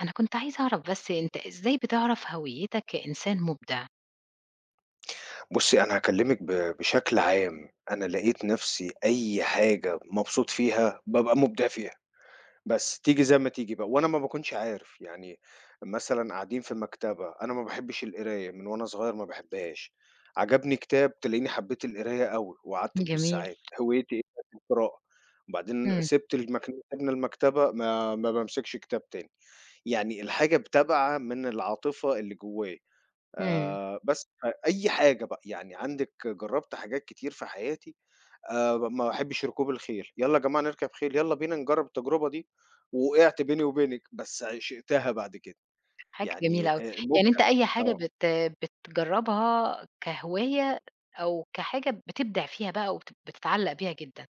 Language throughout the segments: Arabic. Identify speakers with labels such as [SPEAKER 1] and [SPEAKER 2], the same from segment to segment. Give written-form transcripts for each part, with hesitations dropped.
[SPEAKER 1] أنا كنت عايزة أعرف بس أنت إزاي بتعرف هويتك كإنسان مبدع؟
[SPEAKER 2] بُصّي، أنا هاكلّمِك بشكل عام، أنا لقيت نَفْسي أي حاجة مبسوط فيها بابقى مُبدع فيها، بس تيجي زي ما تيجي بقى وأنا ما باكونش عارف، يعني مثلًا قاعدين في مكتبة، أنا ما باحبّش القراية من وأنا صغير ما باحبّهاش، عجبني كتاب تلاقيني حبّيت القراية أوي وقعدت
[SPEAKER 1] جميل.
[SPEAKER 2] بالساعات، هوايتي إيه بقت القراءة، وبعدين
[SPEAKER 1] إمم،
[SPEAKER 2] سِبت المك سِبنا المكتبة ما بامسكش كتاب تاني، يعني الحاجة بتابعة من العاطفة اللي جوّايا.
[SPEAKER 1] إمم،
[SPEAKER 2] بس فأي حاجة بقى، يعني عندِك جرّبت حاجات كتير في حياتي، ما باحبش ركوب الخيل، يالّا يا جماعة نركب خيل، يالّا بينا نجرّب التجربة دي، ووقعت بيني وبينِك، بس عشقتها بعد كده،
[SPEAKER 1] حاجة جميلة
[SPEAKER 2] يعني
[SPEAKER 1] أوي. يعني
[SPEAKER 2] مُمتع.
[SPEAKER 1] أنت أي حاجة
[SPEAKER 2] آه.
[SPEAKER 1] بتجرّبها كهواية أو كحاجة بتبدع فيها بقى وبت بتتعلّق بيها جدًا.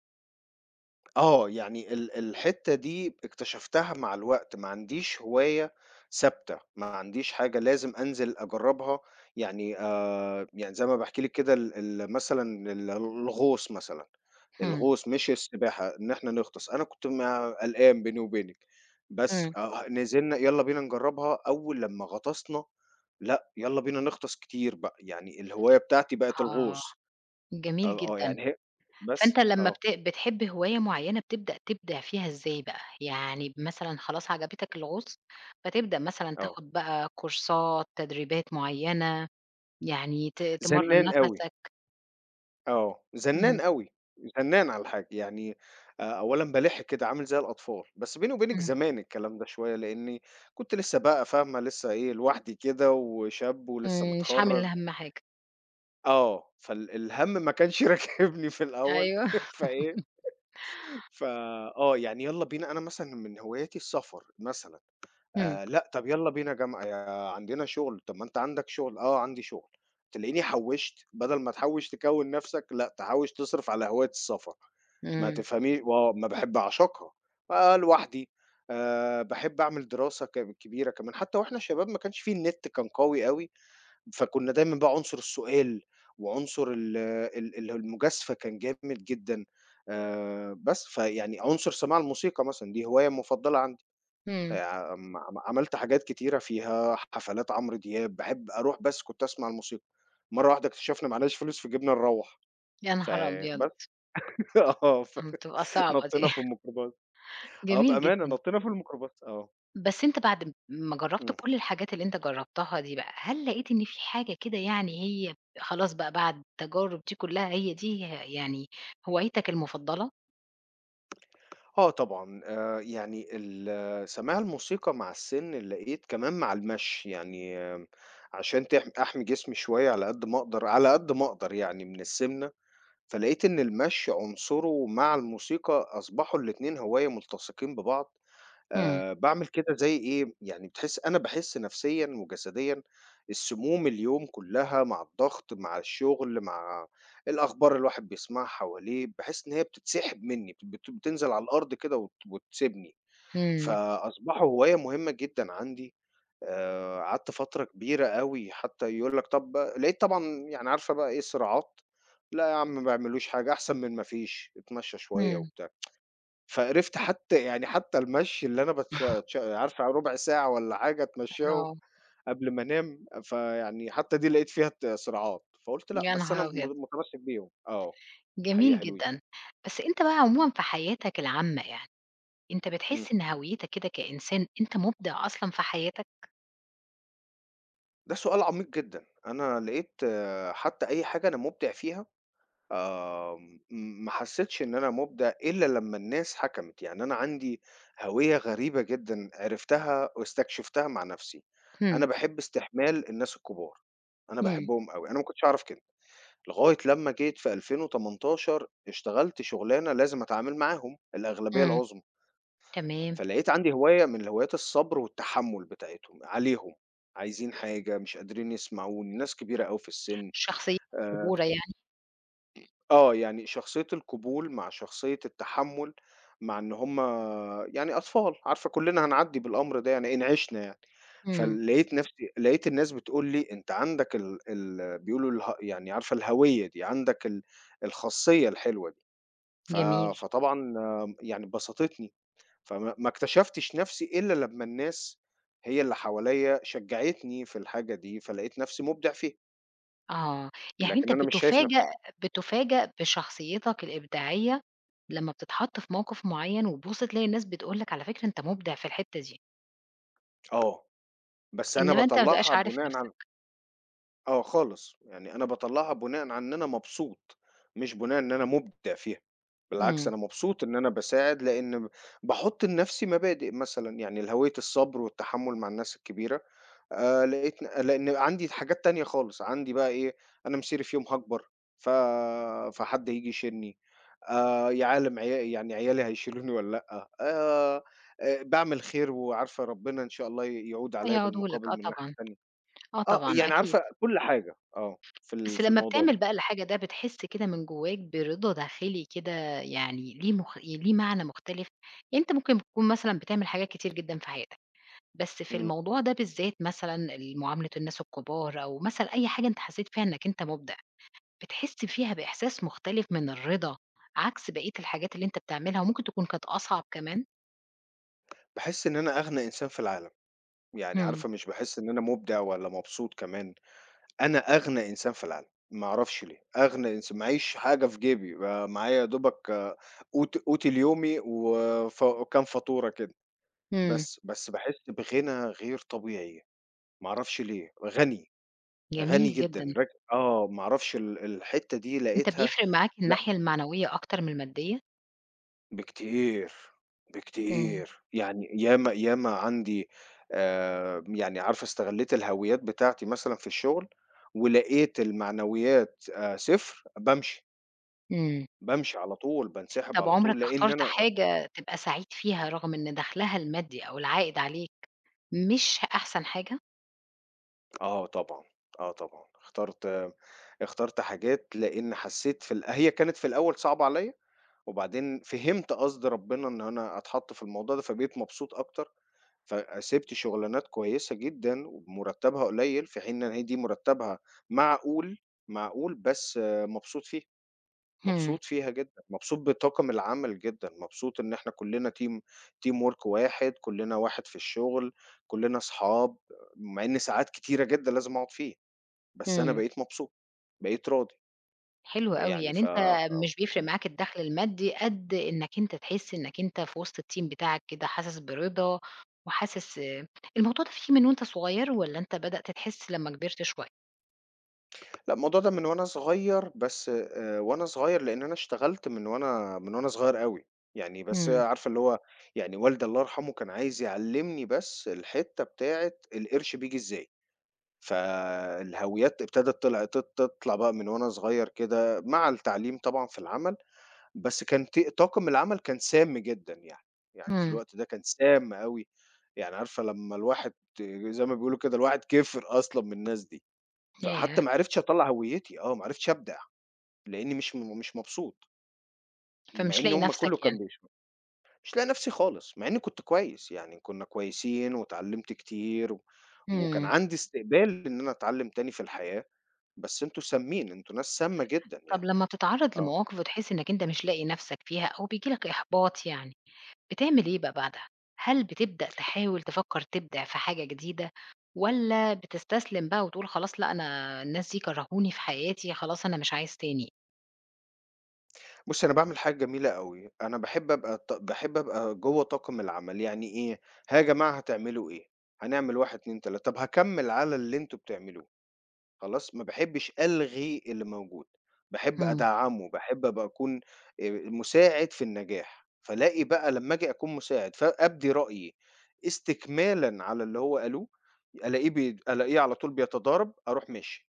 [SPEAKER 2] آه، يعني الحتّة دي اكتشفتها مع الوقت، ما عنديش هواية ثابتة، ما عنديش حاجة لازم أنزل أجرّبها، يعني يعني زي ما باحكي لِك كده ال ال مثلًا ال الغوص مثلًا،
[SPEAKER 1] إمم،
[SPEAKER 2] الغوص مش السباحة، إحنا نغطس، أنا كنت ما قلقان بيني وبينِك، بس
[SPEAKER 1] إمم.
[SPEAKER 2] آه، نزلنا يالّا بينا نجرّبها، أول لمّا غطسنا، لأ، يالّا بينا نغطس كتير بقى، يعني الهواية بتاعتي بقت
[SPEAKER 1] آه،
[SPEAKER 2] الغوص،
[SPEAKER 1] جميل
[SPEAKER 2] آه، آه،
[SPEAKER 1] جدًا.
[SPEAKER 2] يعني هي
[SPEAKER 1] فأنت
[SPEAKER 2] بس،
[SPEAKER 1] لمّا
[SPEAKER 2] آه،
[SPEAKER 1] بتحب هواية معيّنة بتبدأ تبدع فيها إزاي بقى؟ يعني مثلًا خلاص عجبتك الغُوص، فتبدأ مثلًا
[SPEAKER 2] آه،
[SPEAKER 1] تاخُد بقى كورسات، تدريبات معيّنة، يعني تمرّن
[SPEAKER 2] زنّان أوي.
[SPEAKER 1] نَفَسك.
[SPEAKER 2] آه، زنّان
[SPEAKER 1] إمم.
[SPEAKER 2] أوي، زنّان على الحاج، يعني أولًا بَلِح كده عامل زي الأطفال، بس بيني وبينِك
[SPEAKER 1] إمم،
[SPEAKER 2] زمان الكلام ده شوية، لإني كنت لسه بقى فاهمة، لسه إيه، لوحدي كده وشاب ولسه
[SPEAKER 1] إمم، مش عامل
[SPEAKER 2] متخرّج،
[SPEAKER 1] أهم حاجة.
[SPEAKER 2] آه، الهَم ما كانش راكبني في الأول،
[SPEAKER 1] أيوه.
[SPEAKER 2] فإيه، فآه، يعني يالّا بينا أنا مثلًا من هواياتي السفر مثلًا.
[SPEAKER 1] إمم،
[SPEAKER 2] لأ، طَب يالّا بينا جامعة، يا عندنا شغل، طَب ما أنت عندك شغل، آه عندي شغل، تلاقيني حوّشت، بدل ما تحوّش تكوّن نَفْسك، لأ تحوّش تصرف على هواية السفر، ما
[SPEAKER 1] إمم،
[SPEAKER 2] تفهمي و ما باحب أعشقها، بقى لوحدي، باحب أعمل دراسة كبيرة كمان، حتى وإحنا شباب ما كانش في النت كان قوي أوي، فكُنّا دايمًا بقى عنصر السؤال وعنصر ال ال ال المجازفة كان جامد جدًا، بس، فيعني عنصر سماع الموسيقى مثلًا، دي هواية مفضلة عندي.
[SPEAKER 1] إمم،
[SPEAKER 2] عم عم عملت حاجات كتيرة فيها حفلات عمرو دياب، باحب أروح بس كنت أسمع الموسيقى، مرّة واحدة اكتشفنا معناش فلوس فجِبنا نروّح،
[SPEAKER 1] يا
[SPEAKER 2] ف
[SPEAKER 1] نهار أبيض!
[SPEAKER 2] بس آه، ف
[SPEAKER 1] إمم، بتبقى صعبة دي.
[SPEAKER 2] نطّينا في الميكروباص، آه
[SPEAKER 1] جميل
[SPEAKER 2] بأمانة
[SPEAKER 1] جدًا.
[SPEAKER 2] نطّينا في الميكروباص، آه،
[SPEAKER 1] بس أنت بعد ما جرّبت
[SPEAKER 2] إمم،
[SPEAKER 1] كل الحاجات اللي أنت جرّبتها دي بقى، هل لقيت إن في حاجة كده يعني هي خلاص بقى بعد التجارب دي كلها هي دي يعني هوايتك المفضلة؟
[SPEAKER 2] آه طبعًا، يعني سماع الموسيقى مع السِن اللي لقيت كمان مع المشي، يعني عشان أحمي جسمي شوية على قد ما أقدر، على قد ما أقدر يعني من السِمنة. فلقيت إن المشي عنصره مع الموسيقى أصبحوا الاتنين هواية ملتصقين ببعض،
[SPEAKER 1] إمم،
[SPEAKER 2] باعمل كده زي إيه، يعني أنا باحس نفسيًا وجسديًا السموم اليوم كلّها مع الضغط، مع الشغل، مع الأخبار اللي الواحد بيسمعها حواليه، باحس إن هي بتتسحب منّي، بتنزل على الأرض كده وتسيبني،
[SPEAKER 1] إمم،
[SPEAKER 2] فأصبحوا هواية مهمة جدًا عندي. قعدت فترة كبيرة أوي حتى يقول لك طب لقيت طبعًا يعني عارفة بقى إيه صراعات، "لأ يا عم ما بيعملوش حاجة، أحسن من ما فيش، اتمشى شوية."
[SPEAKER 1] إمم،
[SPEAKER 2] وبتاع. فقرفت حتى يعني حتى المشي اللي أنا باتش تش عارفة ربع ساعة والّا حاجة أتمشاهم
[SPEAKER 1] آه،
[SPEAKER 2] قبل ما أنام، فيعني حتى دي لقيت فيها صراعات، فقُلت لأ،
[SPEAKER 1] يا
[SPEAKER 2] بس أنا
[SPEAKER 1] نهار
[SPEAKER 2] م
[SPEAKER 1] أبيض!
[SPEAKER 2] متمسك بيهم. آه، حقيقة
[SPEAKER 1] جميل
[SPEAKER 2] حلوين.
[SPEAKER 1] جدًا. بس أنت بقى عمومًا في حياتك العامة يعني، أنت
[SPEAKER 2] إمم.
[SPEAKER 1] بتحس إن هويتك كده كإنسان أنت مُبدع أصلًا في حياتك؟
[SPEAKER 2] ده سؤال عميق جدًا، أنا لقيت آه، حتى أي حاجة أنا مُبدع فيها آمم، ما حسيتش إن أنا مُبدع إلا لمّا الناس حكمت، يعني أنا عندي هوية غريبة جدًا عرفتها واستكشفتها مع نفسي،
[SPEAKER 1] إمم.
[SPEAKER 2] أنا باحب استحمال الناس الكبار، أنا
[SPEAKER 1] إمم،
[SPEAKER 2] باحبهم أوي، أنا ما كنتش أعرف كده، لغاية لمّا جيت في 2018 اشتغلت شغلانة لازم أتعامل معاهم الأغلبية
[SPEAKER 1] إمم،
[SPEAKER 2] العُظمى،
[SPEAKER 1] تمام،
[SPEAKER 2] فلقيت عندي هواية من هوايات الصبر والتحمُّل بتاعتهم عليهم، عايزين حاجة، مش قادرين يسمعوني، ناس كبيرة أوي في السِن
[SPEAKER 1] شخصيتك
[SPEAKER 2] آآ
[SPEAKER 1] صبورة يعني،
[SPEAKER 2] آه، يعني شخصية القبول مع شخصية التحمُّل، مع إن هم يعني أطفال، عارفة كُلّنا هنعدّي بالأمر ده يعني إن عِشنا يعني،
[SPEAKER 1] إمم،
[SPEAKER 2] فلقيت نفسي لقيت الناس بتقول لي: "أنت عندك ال" بيقولوا اله يعني عارفة الهوية دي، عندك الخاصية الحلوة دي، ف
[SPEAKER 1] جميل،
[SPEAKER 2] فطبعًا آه، يعني بسطتني، فما ما اكتشفتش نفسي إلا لمّا الناس هي اللي حواليّا شجّعتني في الحاجة دي، فلقيت نفسي مُبدع فيها،
[SPEAKER 1] آه، يعني
[SPEAKER 2] لكن
[SPEAKER 1] أنت
[SPEAKER 2] أنا مش شايف نفسي
[SPEAKER 1] بتُفاجأ بشخصيتك الإبداعية لمّا بتتحط في موقف معيّن، وتبُص تلاقي الناس بتقول لك على فكرة أنت مُبدع في الحتّة دي،
[SPEAKER 2] آه، بس أنا
[SPEAKER 1] إنما أنت ما بتبقاش
[SPEAKER 2] باطلّعها
[SPEAKER 1] عارف
[SPEAKER 2] بناءً
[SPEAKER 1] نَفْسك،
[SPEAKER 2] آه خالص، يعني أنا باطلّعها بناءً على إن أنا مبسوط، مش بناءً إن أنا مُبدع فيها، بالعكس
[SPEAKER 1] إمم،
[SPEAKER 2] أنا مبسوط إن أنا باساعد لإن ب باحُط لنفسي مبادئ مثلًا، يعني الهوية الصبر والتحمُّل مع الناس الكبيرة، لقيت لإن عندي حاجات تانية خالص، عندي بقى إيه، أنا مصيري في يوم هاكبر، ف فحد هييجي يشيلني، يا عالم عيالي هيشيلوني والّا لأ، باعمل خير وعارفة ربنا إن شاء الله يعود عليّا
[SPEAKER 1] هيقعدوا لك،
[SPEAKER 2] بالمقابل
[SPEAKER 1] آه
[SPEAKER 2] من الناحية
[SPEAKER 1] طبعًا،
[SPEAKER 2] التانية.
[SPEAKER 1] آه
[SPEAKER 2] آه،
[SPEAKER 1] طبعًا
[SPEAKER 2] يعني
[SPEAKER 1] أكيد،
[SPEAKER 2] عارفة كل حاجة آه،
[SPEAKER 1] بس
[SPEAKER 2] في
[SPEAKER 1] لمّا
[SPEAKER 2] الموضوع
[SPEAKER 1] بتعمل
[SPEAKER 2] ده،
[SPEAKER 1] بقى الحاجة ده بتحس كده من جوّاك برضا داخلي كده يعني ليه معنى مختلف، يعني أنت ممكن تكون مثلًا بتعمل حاجات كتير جدًا في حياتك. بس في
[SPEAKER 2] إمم،
[SPEAKER 1] الموضوع ده بالذات مثلًا ال معاملة الناس الكبار أو مثلًا أي حاجة أنت حسّيت فيها إنّك أنت مُبدع، بتحس فيها بإحساس مختلف من الرضا، عكس بقية الحاجات اللي أنت بتعملها وممكن تكون كانت أصعب كمان؟
[SPEAKER 2] باحس إن أنا أغنى إنسان في العالم، يعني
[SPEAKER 1] إمم،
[SPEAKER 2] عارفة مش باحس إن أنا مُبدع ولا مبسوط كمان، أنا أغنى إنسان في العالم، ما أعرفش ليه، أغنى إنسان معييش حاجة في جيبي، معايا يا دوبك قوتي اليومي وكام فاتورة كده،
[SPEAKER 1] إمم،
[SPEAKER 2] بس، باحس بغنى غير طبيعي، ما أعرفش ليه، غني، غني
[SPEAKER 1] جميل جدًا.
[SPEAKER 2] جدًا، آه، ما أعرفش الحتّة دي
[SPEAKER 1] أنت
[SPEAKER 2] لقيتها لأ
[SPEAKER 1] بيفرق معاك الناحية المعنوية أكتر من المادية؟
[SPEAKER 2] بكتير،
[SPEAKER 1] إمم،
[SPEAKER 2] بكتير، يعني ياما ياما عندي يعني عارفة استغلّيت الهَويّات بتاعتي مثلًا في الشغل، ولقيت المعنويات صفر بامشي،
[SPEAKER 1] إمم.
[SPEAKER 2] بامشي على طول، بانسحب
[SPEAKER 1] طَب
[SPEAKER 2] على طول،
[SPEAKER 1] عمرك
[SPEAKER 2] لإن
[SPEAKER 1] اخترت
[SPEAKER 2] أنا
[SPEAKER 1] حاجة تبقى سعيد فيها رغم إن دخلها المادي أو العائد عليك مش أحسن حاجة؟
[SPEAKER 2] آه طبعًا، آه طبعًا، اخترت حاجات لإن حسّيت في هي كانت في الأول صعبة عليّا، وبعدين فهمت قصد ربنا إن أنا أتحط في الموضوع ده، فبقيت مبسوط أكتر. فسِبت شُغلانات كويسة جدًا ومُرتّبها قليّل، في حين إن هي دي مُرتّبها معقول، معقول بس آه، مبسوط فيها،
[SPEAKER 1] إمم،
[SPEAKER 2] مبسوط فيها جدًا، مبسوط بطاقم العمل جدًا، مبسوط إن إحنا كُلّنا teamwork واحد، كُلّنا واحد في الشغل، كُلّنا أصحاب، مع إن ساعات كتيرة جدًا لازم أقعد فيه، بس أنا
[SPEAKER 1] إمم.
[SPEAKER 2] بقيت مبسوط، بقيت راضي،
[SPEAKER 1] حلو أوي،
[SPEAKER 2] يعني
[SPEAKER 1] يعني
[SPEAKER 2] ف
[SPEAKER 1] أنت مش بيفرق معاك الدخل المادي قد إنّك أنت تحس إنّك أنت في وسط الteam بتاعك كده حاسس برضا وحاسس الموضوع ده فيه من وأنت صغير والّا أنت بدأت تحس لمّا كبرت شوية؟
[SPEAKER 2] لأ، الموضوع ده من وأنا صغير، بس وأنا صغير لإن أنا اشتغلت من وأنا من وأنا صغير أوي، يعني بس
[SPEAKER 1] إمم،
[SPEAKER 2] عارفة اللي هو يعني والدي الله يرحمه كان عايز يعلّمني بس الحتّة بتاعة القرش بييجي إزاي، فالهاويات ابتدت طلع ت تطلع بقى من وأنا صغير كده مع التعليم طبعًا في العمل، بس كان ت طاقم العمل كان سام جدًا يعني، يعني في
[SPEAKER 1] إمم،
[SPEAKER 2] الوقت ده كان سام أوي، يعني عارفة لمّا الواحد زي ما بيقولوا كده الواحد كِفر أصلًا من الناس دي. فحتى
[SPEAKER 1] ياه!
[SPEAKER 2] ما عرفتش أطلّع هويتي، آه، ما عرفتش أبدع، لإنّي مش مبسوط، مع
[SPEAKER 1] فمش
[SPEAKER 2] إن
[SPEAKER 1] لاقي
[SPEAKER 2] هم كلّه
[SPEAKER 1] نَفْسك
[SPEAKER 2] كان
[SPEAKER 1] يعني،
[SPEAKER 2] بيش مش لاقي نَفْسي خالص، مع إنّي كنت كويس، يعني كُنّا كويسين واتعلّمت كتير وكان
[SPEAKER 1] إمم،
[SPEAKER 2] عندي استقبال إن أنا أتعلّم تاني في الحياة، بس أنتم سامين، أنتم ناس سامة جدًا يعني،
[SPEAKER 1] طَب لمّا بتتعرّض
[SPEAKER 2] آه.
[SPEAKER 1] لمواقف وتحس إنّك أنت مش لاقي نَفْسك فيها أو بييجي لك إحباط يعني، بتعمل إيه بقى بعدها؟ هل بتبدأ تحاول تفكّر تبدع في حاجة جديدة والّا بتستسلم بقى وتقول خلاص لأ، أنا الناس دي كرهوني في حياتي، خلاص أنا مش عايز تاني؟
[SPEAKER 2] بُصّي أنا باعمل حاجة جميلة أوي، أنا باحب أبقى ط باحب أبقى جوّه طاقم العمل، يعني إيه، ها يا جماعة هتعملوا إيه؟ هنعمل 1، 2، 3، طَب هاكمّل على اللي أنتم بتعملوه. خلاص، ما باحبش ألغي اللي موجود، باحب
[SPEAKER 1] إمم،
[SPEAKER 2] أدعّمه، باحب أبقى أكون مساعد في النجاح، فالاقي بقى لمّا آجي أكون مساعد فأبدي رأيي استكمالًا على اللي هو قالوه، ألاقيه على طول بيتضارب، أروح ماشي،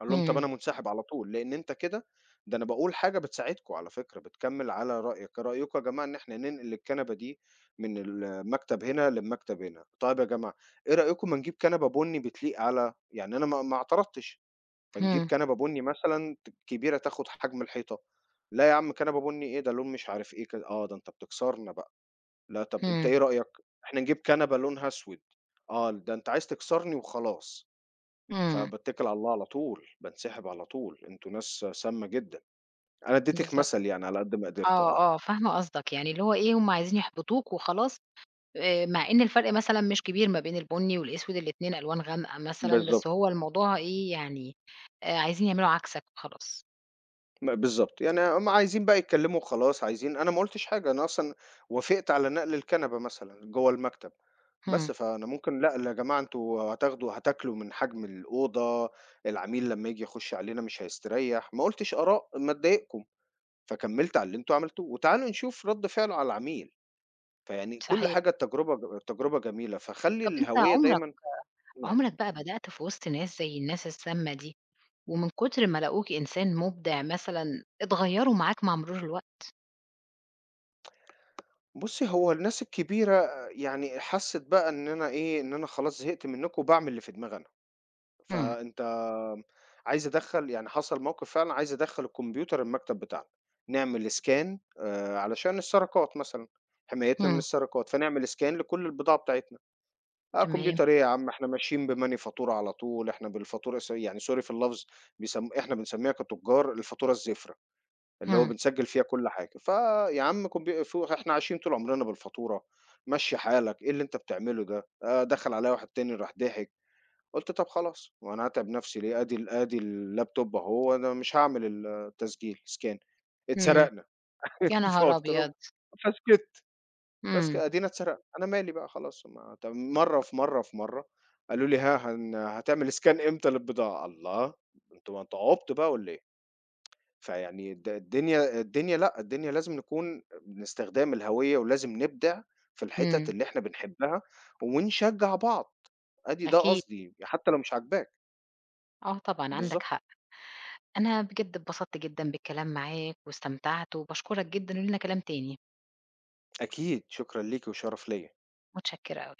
[SPEAKER 2] أقول لهم طَب
[SPEAKER 1] إمم،
[SPEAKER 2] أنا منسحب على طول، لإن أنت كده ده أنا باقول حاجة بتساعدكم على فكرة، بتكمّل على رأيك، رأيكم يا جماعة إن إحنا ننقل الكنبة دي من المكتب هنا للمكتب هنا، طيب يا جماعة إيه رأيكم ما نجيب كنبة بُني بتليق على يعني أنا ما اعترضتش. فنجيب
[SPEAKER 1] إمم،
[SPEAKER 2] كنبة بُني مثلًا كبيرة تاخد حجم الحيطة، لا يا عم كنبة بُني إيه ده لون مش عارف إيه كده، آه ده أنت بتكسرنا بقى، لا طب أنت
[SPEAKER 1] إمم،
[SPEAKER 2] إيه رأيك إحنا نجيب كنبة لونها أسود، آه ده أنت عايز تكسرني وخلاص،
[SPEAKER 1] إمم،
[SPEAKER 2] فباتكل على الله على طول، بانسحب على طول، أنتم ناس سامة جدًا، أنا اديتِك
[SPEAKER 1] بالضبط.
[SPEAKER 2] مثل يعني على قد ما قدرت
[SPEAKER 1] آه،
[SPEAKER 2] آه،
[SPEAKER 1] آه، فاهمة قصدك، يعني اللي هو إيه، هم عايزين يحبطوك وخلاص، مع إن الفرق مثلًا مش كبير ما بين البُني والأسود، الاتنين ألوان غامقة مثلًا، بس
[SPEAKER 2] بالضبط،
[SPEAKER 1] هو الموضوع إيه يعني، عايزين يعملوا عكسك وخلاص.
[SPEAKER 2] بالضبط، يعني هُم عايزين بقى يتكلموا وخلاص عايزين أنا ما قُلتش حاجة، أنا أصلًا وافقت على نقل الكنبة مثلًا جوّه المكتب.
[SPEAKER 1] إمم،
[SPEAKER 2] فأنا ممكن لأ، يا جماعة أنتم هتاكلوا من حجم الأوضة، العميل لمّا ييجي يخُش علينا مش هيستريّح، ما قُلتش آراء ما تضايقكم، فكمّلت على اللي أنتم عملتوه، وتعالوا نشوف رَد فعله على العميل، فيعني كل
[SPEAKER 1] صحيح.
[SPEAKER 2] حاجة التجربة جميلة، فخلّي
[SPEAKER 1] طَب أنت
[SPEAKER 2] الهوية
[SPEAKER 1] عمرك
[SPEAKER 2] دايمًا نعم.
[SPEAKER 1] بقى بدأت في وسط ناس زي الناس السامة دي، ومن كتر ما لاقوك إنسان مبدع مثلًا، اتغيّروا معاك مع مرور الوقت؟
[SPEAKER 2] بُصّي، هو الناس الكبيرة يعني حَسِّت بقى إن أنا إيه، إن أنا خلاص زهقت منّكم وباعمل اللي في دماغي أنا،
[SPEAKER 1] إمم،
[SPEAKER 2] فأنت عايز أدخّل يعني حصل موقف فعلًا عايز أدخّل الكمبيوتر المكتب بتاعنا، نعمل scan علشان السرقات مثلًا، حمايتنا من
[SPEAKER 1] إمم،
[SPEAKER 2] السرقات، فنعمل scan لكل البضاعة بتاعتنا. آه
[SPEAKER 1] تمام،
[SPEAKER 2] كمبيوتر إيه يا عم إحنا ماشيين بمانيفاتورة على طول، إحنا بالفاتورة س يعني sorry في اللفظ إحنا بنسميها كتجار الفاتورة الزفرة، اللي هو
[SPEAKER 1] إمم،
[SPEAKER 2] بنسجّل فيها كل حاجة. فيا عم كمبي ف إحنا عايشين طول عمرنا بالفاتورة، مشّي حالك، إيه اللي أنت بتعمله ده؟ دخّل عليَّ واحد تاني راح ضحك. قُلت طَب خلاص، هو أنا هاتعب نَفْسي ليه، آدي اللابتوب أهو أنا مش هاعمل التسجيل scan
[SPEAKER 1] إمم،
[SPEAKER 2] اتسرقنا
[SPEAKER 1] يا نهار
[SPEAKER 2] فقُلت لهم
[SPEAKER 1] أبيض!
[SPEAKER 2] فسكِتّ،
[SPEAKER 1] إمم،
[SPEAKER 2] أدينا اتسرقنا، أنا مالي بقى خلاص ما طَب مرّة في مرّة في مرّة قالوا لي ها هن هتعمل scan إمتى للبضاعة؟ الله! أنتم عُبط بقى والّا إيه؟ فيعني الدنيا الدنيا لأ، الدنيا لازم نكون باستخدام الهوية ولازم نبدع في الحِتَت
[SPEAKER 1] إمم،
[SPEAKER 2] اللي إحنا بنحبها ونشجّع بعض، أدي ده
[SPEAKER 1] أكيد،
[SPEAKER 2] قصدي، حتى لو مش عاجباك،
[SPEAKER 1] آه طبعًا عندك
[SPEAKER 2] بالضبط.
[SPEAKER 1] حق. أنا بجد اتبسطت جدًا بالكلام معاك واستمتعت وباشكرك جدًا، ولينا كلام تاني،
[SPEAKER 2] أكيد، شكرًا ليكِ وشرف ليّا.
[SPEAKER 1] متشكرة أوي.